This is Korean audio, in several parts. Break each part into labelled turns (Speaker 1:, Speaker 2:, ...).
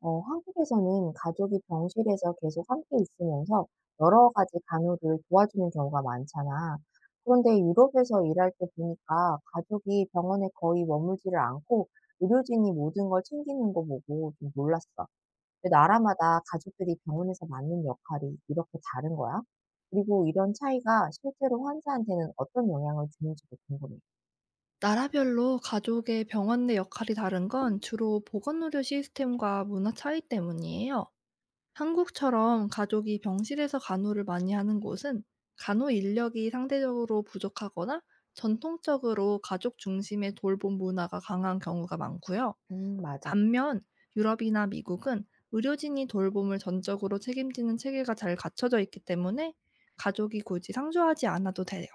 Speaker 1: 한국에서는 가족이 병실에서 계속 함께 있으면서 여러 가지 간호를 도와주는 경우가 많잖아. 그런데 유럽에서 일할 때 보니까 가족이 병원에 거의 머물지를 않고 의료진이 모든 걸 챙기는 거 보고 좀 놀랐어. 왜 나라마다 가족들이 병원에서 맡는 역할이 이렇게 다른 거야? 그리고 이런 차이가 실제로 환자한테는 어떤 영향을 주는지도 궁금해.
Speaker 2: 나라별로 가족의 병원 내 역할이 다른 건 주로 보건의료 시스템과 문화 차이 때문이에요. 한국처럼 가족이 병실에서 간호를 많이 하는 곳은 간호 인력이 상대적으로 부족하거나 전통적으로 가족 중심의 돌봄 문화가 강한 경우가 많고요.
Speaker 1: 맞아.
Speaker 2: 반면 유럽이나 미국은 의료진이 돌봄을 전적으로 책임지는 체계가 잘 갖춰져 있기 때문에 가족이 굳이 상주하지 않아도 돼요.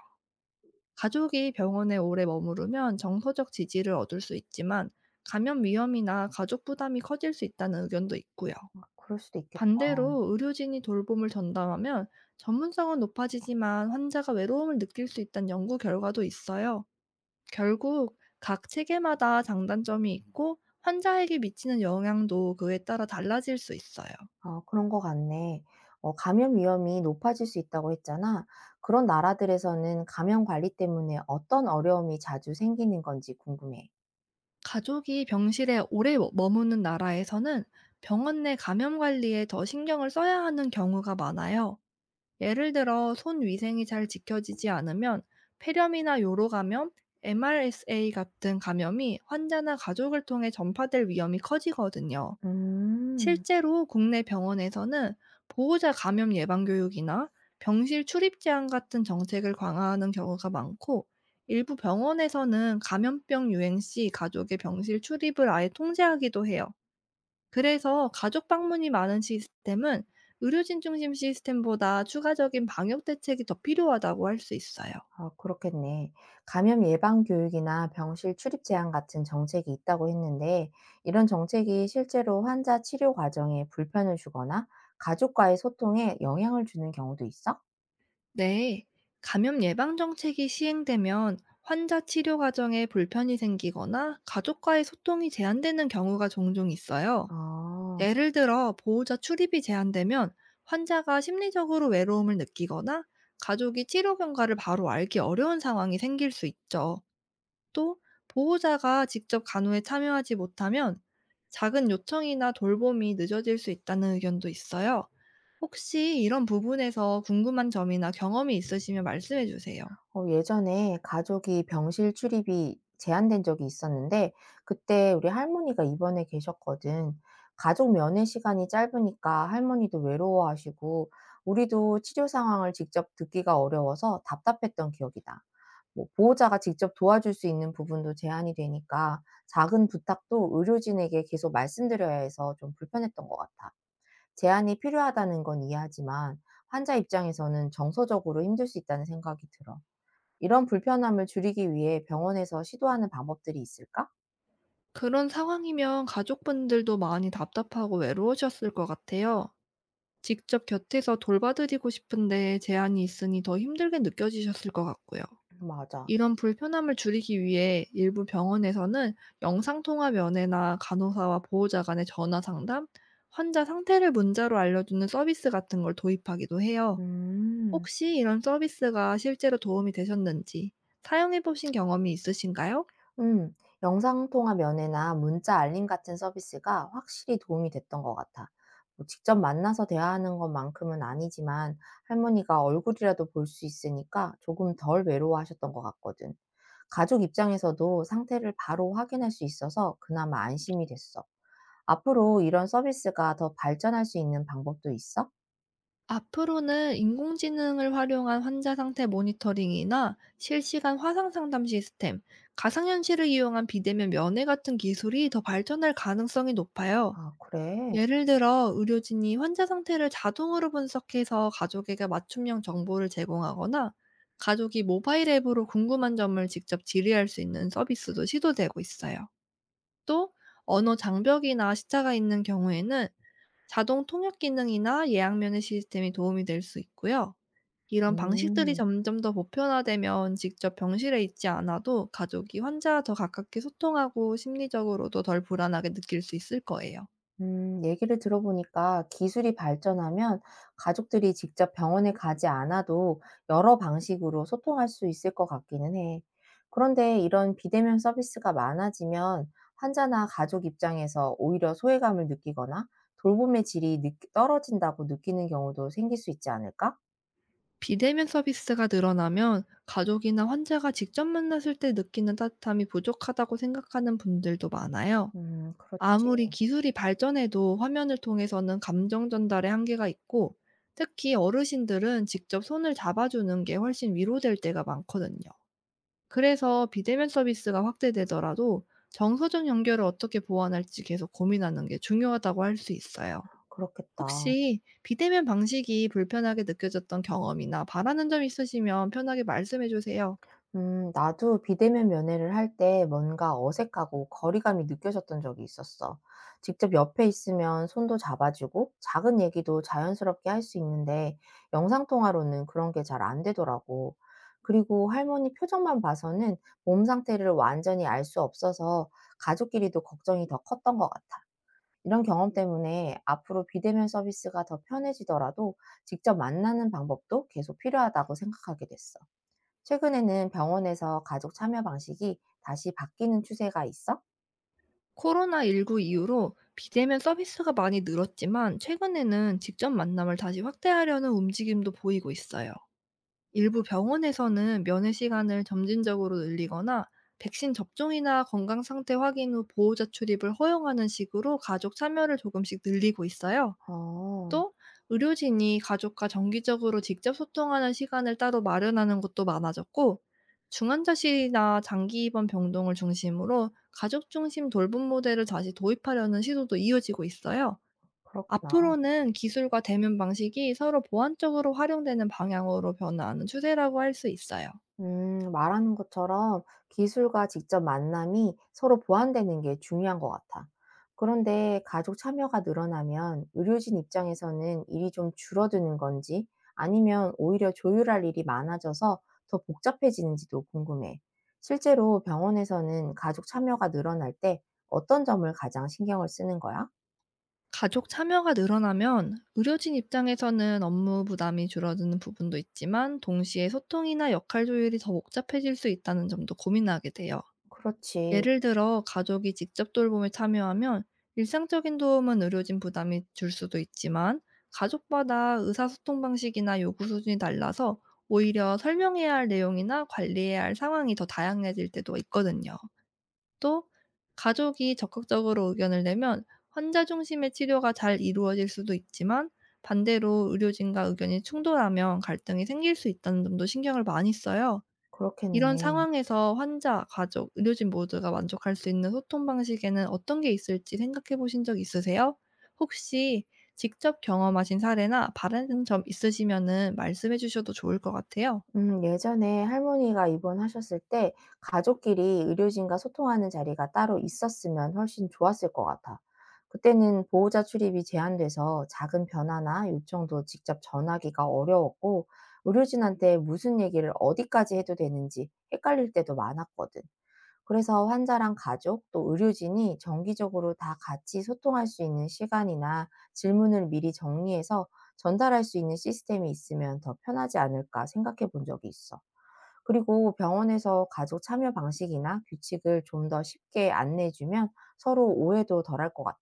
Speaker 2: 가족이 병원에 오래 머무르면 정서적 지지를 얻을 수 있지만, 감염 위험이나 가족 부담이 커질 수 있다는 의견도 있고요.
Speaker 1: 그럴 수도 있겠다.
Speaker 2: 반대로 의료진이 돌봄을 전담하면 전문성은 높아지지만 환자가 외로움을 느낄 수 있다는 연구 결과도 있어요. 결국 각 체계마다 장단점이 있고, 환자에게 미치는 영향도 그에 따라 달라질 수 있어요.
Speaker 1: 아 그런 것 같네. 감염 위험이 높아질 수 있다고 했잖아. 그런 나라들에서는 감염 관리 때문에 어떤 어려움이 자주 생기는 건지 궁금해.
Speaker 2: 가족이 병실에 오래 머무는 나라에서는 병원 내 감염 관리에 더 신경을 써야 하는 경우가 많아요. 예를 들어 손 위생이 잘 지켜지지 않으면 폐렴이나 요로 감염, MRSA 같은 감염이 환자나 가족을 통해 전파될 위험이 커지거든요.
Speaker 1: 음.
Speaker 2: 실제로 국내 병원에서는 보호자 감염 예방 교육이나 병실 출입 제한 같은 정책을 강화하는 경우가 많고, 일부 병원에서는 감염병 유행 시 가족의 병실 출입을 아예 통제하기도 해요. 그래서 가족 방문이 많은 시스템은 의료진 중심 시스템보다 추가적인 방역 대책이 더 필요하다고 할 수 있어요.
Speaker 1: 아 그렇겠네. 감염 예방 교육이나 병실 출입 제한 같은 정책이 있다고 했는데 이런 정책이 실제로 환자 치료 과정에 불편을 주거나 가족과의 소통에 영향을 주는 경우도 있어?
Speaker 2: 네. 감염 예방 정책이 시행되면 환자 치료 과정에 불편이 생기거나 가족과의 소통이 제한되는 경우가 종종 있어요.
Speaker 1: 아.
Speaker 2: 예를 들어 보호자 출입이 제한되면 환자가 심리적으로 외로움을 느끼거나 가족이 치료 경과를 바로 알기 어려운 상황이 생길 수 있죠. 또 보호자가 직접 간호에 참여하지 못하면 작은 요청이나 돌봄이 늦어질 수 있다는 의견도 있어요. 혹시 이런 부분에서 궁금한 점이나 경험이 있으시면 말씀해 주세요.
Speaker 1: 예전에 가족이 병실 출입이 제한된 적이 있었는데 그때 우리 할머니가 입원해 계셨거든. 가족 면회 시간이 짧으니까 할머니도 외로워하시고 우리도 치료 상황을 직접 듣기가 어려워서 답답했던 기억이다. 뭐 보호자가 직접 도와줄 수 있는 부분도 제한이 되니까 작은 부탁도 의료진에게 계속 말씀드려야 해서 좀 불편했던 것 같아. 제한이 필요하다는 건 이해하지만 환자 입장에서는 정서적으로 힘들 수 있다는 생각이 들어. 이런 불편함을 줄이기 위해 병원에서 시도하는 방법들이 있을까?
Speaker 2: 그런 상황이면 가족분들도 많이 답답하고 외로우셨을 것 같아요. 직접 곁에서 돌봐드리고 싶은데 제한이 있으니 더 힘들게 느껴지셨을 것 같고요.
Speaker 1: 맞아.
Speaker 2: 이런 불편함을 줄이기 위해 일부 병원에서는 영상통화 면회나 간호사와 보호자 간의 전화 상담, 환자 상태를 문자로 알려주는 서비스 같은 걸 도입하기도 해요.
Speaker 1: 음.
Speaker 2: 혹시 이런 서비스가 실제로 도움이 되셨는지, 사용해 보신 경험이 있으신가요?
Speaker 1: 음. 영상통화 면회나 문자 알림 같은 서비스가 확실히 도움이 됐던 것 같아. 뭐 직접 만나서 대화하는 것만큼은 아니지만 할머니가 얼굴이라도 볼 수 있으니까 조금 덜 외로워하셨던 것 같거든. 가족 입장에서도 상태를 바로 확인할 수 있어서 그나마 안심이 됐어. 앞으로 이런 서비스가 더 발전할 수 있는 방법도 있어?
Speaker 2: 앞으로는 인공지능을 활용한 환자 상태 모니터링이나 실시간 화상 상담 시스템, 가상현실을 이용한 비대면 면회 같은 기술이 더 발전할 가능성이 높아요.
Speaker 1: 아, 그래.
Speaker 2: 예를 들어 의료진이 환자 상태를 자동으로 분석해서 가족에게 맞춤형 정보를 제공하거나, 가족이 모바일 앱으로 궁금한 점을 직접 질의할 수 있는 서비스도 시도되고 있어요. 또 언어 장벽이나 시차가 있는 경우에는 자동 통역 기능이나 예약 면회 시스템이 도움이 될 수 있고요. 이런 방식들이
Speaker 1: 음.
Speaker 2: 점점 더 보편화되면 직접 병실에 있지 않아도 가족이 환자와 더 가깝게 소통하고 심리적으로도 덜 불안하게 느낄 수 있을 거예요.
Speaker 1: 얘기를 들어보니까 기술이 발전하면 가족들이 직접 병원에 가지 않아도 여러 방식으로 소통할 수 있을 것 같기는 해. 그런데 이런 비대면 서비스가 많아지면 환자나 가족 입장에서 오히려 소외감을 느끼거나 돌봄의 질이 떨어진다고 느끼는 경우도 생길 수 있지 않을까?
Speaker 2: 비대면 서비스가 늘어나면 가족이나 환자가 직접 만났을 때 느끼는 따뜻함이 부족하다고 생각하는 분들도 많아요.
Speaker 1: 그렇지.
Speaker 2: 아무리 기술이 발전해도 화면을 통해서는 감정 전달의 한계가 있고, 특히 어르신들은 직접 손을 잡아주는 게 훨씬 위로될 때가 많거든요. 그래서 비대면 서비스가 확대되더라도 정서적 연결을 어떻게 보완할지 계속 고민하는 게 중요하다고 할 수 있어요.
Speaker 1: 그렇겠다.
Speaker 2: 혹시 비대면 방식이 불편하게 느껴졌던 경험이나 바라는 점 있으시면 편하게 말씀해 주세요.
Speaker 1: 나도 비대면 면회를 할 때 뭔가 어색하고 거리감이 느껴졌던 적이 있었어. 직접 옆에 있으면 손도 잡아주고 작은 얘기도 자연스럽게 할 수 있는데 영상통화로는 그런 게 잘 안 되더라고. 그리고 할머니 표정만 봐서는 몸 상태를 완전히 알 수 없어서 가족끼리도 걱정이 더 컸던 것 같아. 이런 경험 때문에 앞으로 비대면 서비스가 더 편해지더라도 직접 만나는 방법도 계속 필요하다고 생각하게 됐어. 최근에는 병원에서 가족 참여 방식이 다시 바뀌는 추세가 있어?
Speaker 2: 코로나19 이후로 비대면 서비스가 많이 늘었지만, 최근에는 직접 만남을 다시 확대하려는 움직임도 보이고 있어요. 일부 병원에서는 면회 시간을 점진적으로 늘리거나 백신 접종이나 건강 상태 확인 후 보호자 출입을 허용하는 식으로 가족 참여를 조금씩 늘리고 있어요.
Speaker 1: 어,
Speaker 2: 또 의료진이 가족과 정기적으로 직접 소통하는 시간을 따로 마련하는 것도 많아졌고, 중환자실이나 장기 입원 병동을 중심으로 가족 중심 돌봄 모델을 다시 도입하려는 시도도 이어지고 있어요.
Speaker 1: 그렇구나.
Speaker 2: 앞으로는 기술과 대면 방식이 서로 보완적으로 활용되는 방향으로 변화하는 추세라고 할 수 있어요.
Speaker 1: 말하는 것처럼 기술과 직접 만남이 서로 보완되는 게 중요한 것 같아. 그런데 가족 참여가 늘어나면 의료진 입장에서는 일이 좀 줄어드는 건지 아니면 오히려 조율할 일이 많아져서 더 복잡해지는지도 궁금해. 실제로 병원에서는 가족 참여가 늘어날 때 어떤 점을 가장 신경을 쓰는 거야?
Speaker 2: 가족 참여가 늘어나면 의료진 입장에서는 업무 부담이 줄어드는 부분도 있지만, 동시에 소통이나 역할 조율이 더 복잡해질 수 있다는 점도 고민하게 돼요.
Speaker 1: 그렇지.
Speaker 2: 예를 들어 가족이 직접 돌봄에 참여하면 일상적인 도움은 의료진 부담이 줄 수도 있지만, 가족마다 의사소통 방식이나 요구 수준이 달라서 오히려 설명해야 할 내용이나 관리해야 할 상황이 더 다양해질 때도 있거든요. 또 가족이 적극적으로 의견을 내면 환자 중심의 치료가 잘 이루어질 수도 있지만, 반대로 의료진과 의견이 충돌하면 갈등이 생길 수 있다는 점도 신경을 많이 써요. 이런
Speaker 1: 그렇겠네.
Speaker 2: 상황에서 환자, 가족, 의료진 모두가 만족할 수 있는 소통 방식에는 어떤 게 있을지 생각해 보신 적 있으세요? 혹시 직접 경험하신 사례나 바라는 점 있으시면은 말씀해 주셔도 좋을 것 같아요.
Speaker 1: 예전에 할머니가 입원하셨을 때 가족끼리 의료진과 소통하는 자리가 따로 있었으면 훨씬 좋았을 것 같아. 그때는 보호자 출입이 제한돼서 작은 변화나 요청도 직접 전하기가 어려웠고, 의료진한테 무슨 얘기를 어디까지 해도 되는지 헷갈릴 때도 많았거든. 그래서 환자랑 가족 또 의료진이 정기적으로 다 같이 소통할 수 있는 시간이나 질문을 미리 정리해서 전달할 수 있는 시스템이 있으면 더 편하지 않을까 생각해 본 적이 있어. 그리고 병원에서 가족 참여 방식이나 규칙을 좀 더 쉽게 안내해 주면 서로 오해도 덜할 것 같아.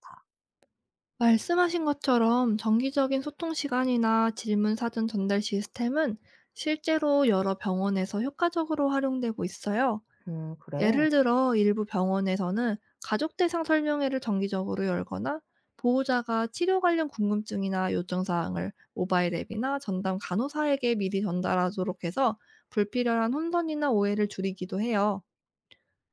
Speaker 2: 말씀하신 것처럼 정기적인 소통 시간이나 질문 사전 전달 시스템은 실제로 여러 병원에서 효과적으로 활용되고 있어요.
Speaker 1: 그래.
Speaker 2: 예를 들어 일부 병원에서는 가족 대상 설명회를 정기적으로 열거나, 보호자가 치료 관련 궁금증이나 요청 사항을 모바일 앱이나 전담 간호사에게 미리 전달하도록 해서 불필요한 혼선이나 오해를 줄이기도 해요.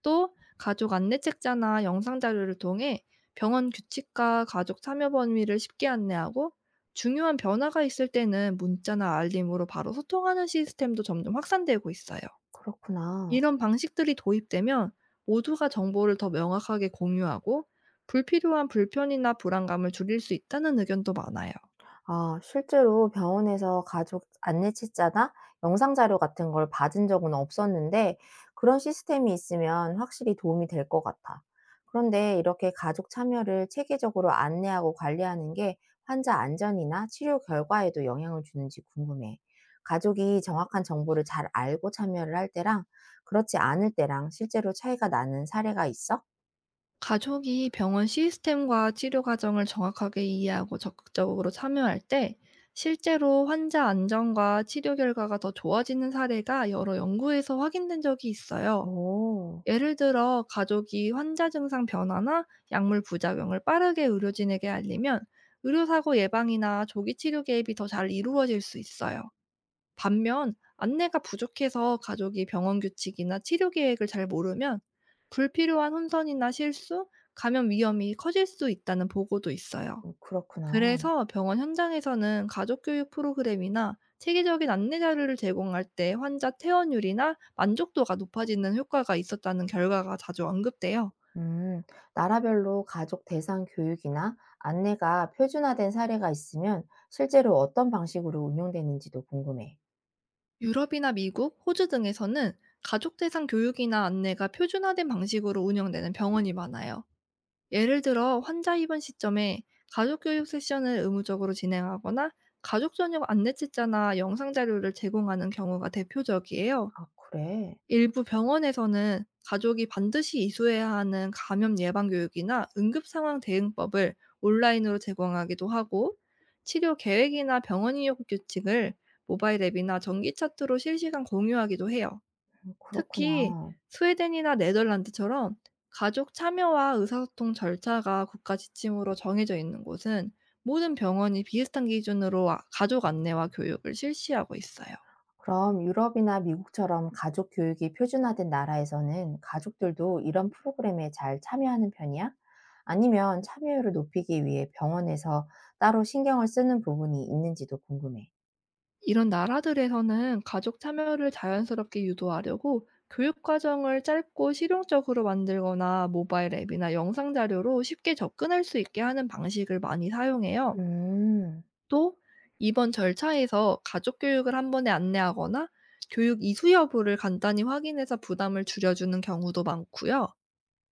Speaker 2: 또 가족 안내 책자나 영상 자료를 통해 병원 규칙과 가족 참여 범위를 쉽게 안내하고, 중요한 변화가 있을 때는 문자나 알림으로 바로 소통하는 시스템도 점점 확산되고 있어요.
Speaker 1: 그렇구나.
Speaker 2: 이런 방식들이 도입되면 모두가 정보를 더 명확하게 공유하고 불필요한 불편이나 불안감을 줄일 수 있다는 의견도 많아요.
Speaker 1: 아 실제로 병원에서 가족 안내책자나 영상 자료 같은 걸 받은 적은 없었는데 그런 시스템이 있으면 확실히 도움이 될 것 같아. 그런데 이렇게 가족 참여를 체계적으로 안내하고 관리하는 게 환자 안전이나 치료 결과에도 영향을 주는지 궁금해. 가족이 정확한 정보를 잘 알고 참여를 할 때랑 그렇지 않을 때랑 실제로 차이가 나는 사례가 있어?
Speaker 2: 가족이 병원 시스템과 치료 과정을 정확하게 이해하고 적극적으로 참여할 때 실제로 환자 안전과 치료 결과가 더 좋아지는 사례가 여러 연구에서 확인된 적이 있어요.
Speaker 1: 오,
Speaker 2: 예를 들어 가족이 환자 증상 변화나 약물 부작용을 빠르게 의료진에게 알리면 의료사고 예방이나 조기 치료 개입이 더 잘 이루어질 수 있어요. 반면 안내가 부족해서 가족이 병원 규칙이나 치료 계획을 잘 모르면 불필요한 혼선이나 실수, 감염 위험이 커질 수 있다는 보고도 있어요.
Speaker 1: 그렇구나.
Speaker 2: 그래서 병원 현장에서는 가족 교육 프로그램이나 체계적인 안내 자료를 제공할 때 환자 퇴원율이나 만족도가 높아지는 효과가 있었다는 결과가 자주 언급돼요.
Speaker 1: 음, 나라별로 가족 대상 교육이나 안내가 표준화된 사례가 있으면 실제로 어떤 방식으로 운영되는지도 궁금해.
Speaker 2: 유럽이나 미국, 호주 등에서는 가족 대상 교육이나 안내가 표준화된 방식으로 운영되는 병원이 많아요. 예를 들어 환자 입원 시점에 가족 교육 세션을 의무적으로 진행하거나 가족 전용 안내책자나 영상 자료를 제공하는 경우가 대표적이에요.
Speaker 1: 아, 그래?
Speaker 2: 일부 병원에서는 가족이 반드시 이수해야 하는 감염 예방 교육이나 응급 상황 대응법을 온라인으로 제공하기도 하고, 치료 계획이나 병원 이용 규칙을 모바일 앱이나 전기 차트로 실시간 공유하기도 해요. 특히
Speaker 1: 그렇구나.
Speaker 2: 스웨덴이나 네덜란드처럼 가족 참여와 의사소통 절차가 국가 지침으로 정해져 있는 곳은 모든 병원이 비슷한 기준으로 가족 안내와 교육을 실시하고 있어요.
Speaker 1: 그럼 유럽이나 미국처럼 가족 교육이 표준화된 나라에서는 가족들도 이런 프로그램에 잘 참여하는 편이야? 아니면 참여율을 높이기 위해 병원에서 따로 신경을 쓰는 부분이 있는지도 궁금해.
Speaker 2: 이런 나라들에서는 가족 참여를 자연스럽게 유도하려고 교육 과정을 짧고 실용적으로 만들거나 모바일 앱이나 영상 자료로 쉽게 접근할 수 있게 하는 방식을 많이 사용해요.
Speaker 1: 음,
Speaker 2: 또 이번 절차에서 가족 교육을 한 번에 안내하거나 교육 이수 여부를 간단히 확인해서 부담을 줄여주는 경우도 많고요.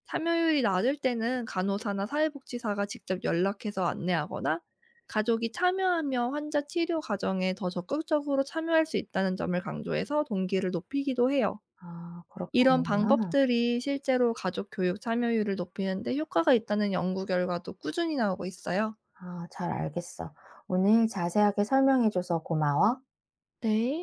Speaker 2: 참여율이 낮을 때는 간호사나 사회복지사가 직접 연락해서 안내하거나, 가족이 참여하며 환자 치료 과정에 더 적극적으로 참여할 수 있다는 점을 강조해서 동기를 높이기도 해요.
Speaker 1: 아, 그렇게
Speaker 2: 이런
Speaker 1: 하는구나.
Speaker 2: 방법들이 실제로 가족 교육 참여율을 높이는 데 효과가 있다는 연구 결과도 꾸준히 나오고 있어요.
Speaker 1: 아, 잘 알겠어. 오늘 자세하게 설명해줘서 고마워.
Speaker 2: 네.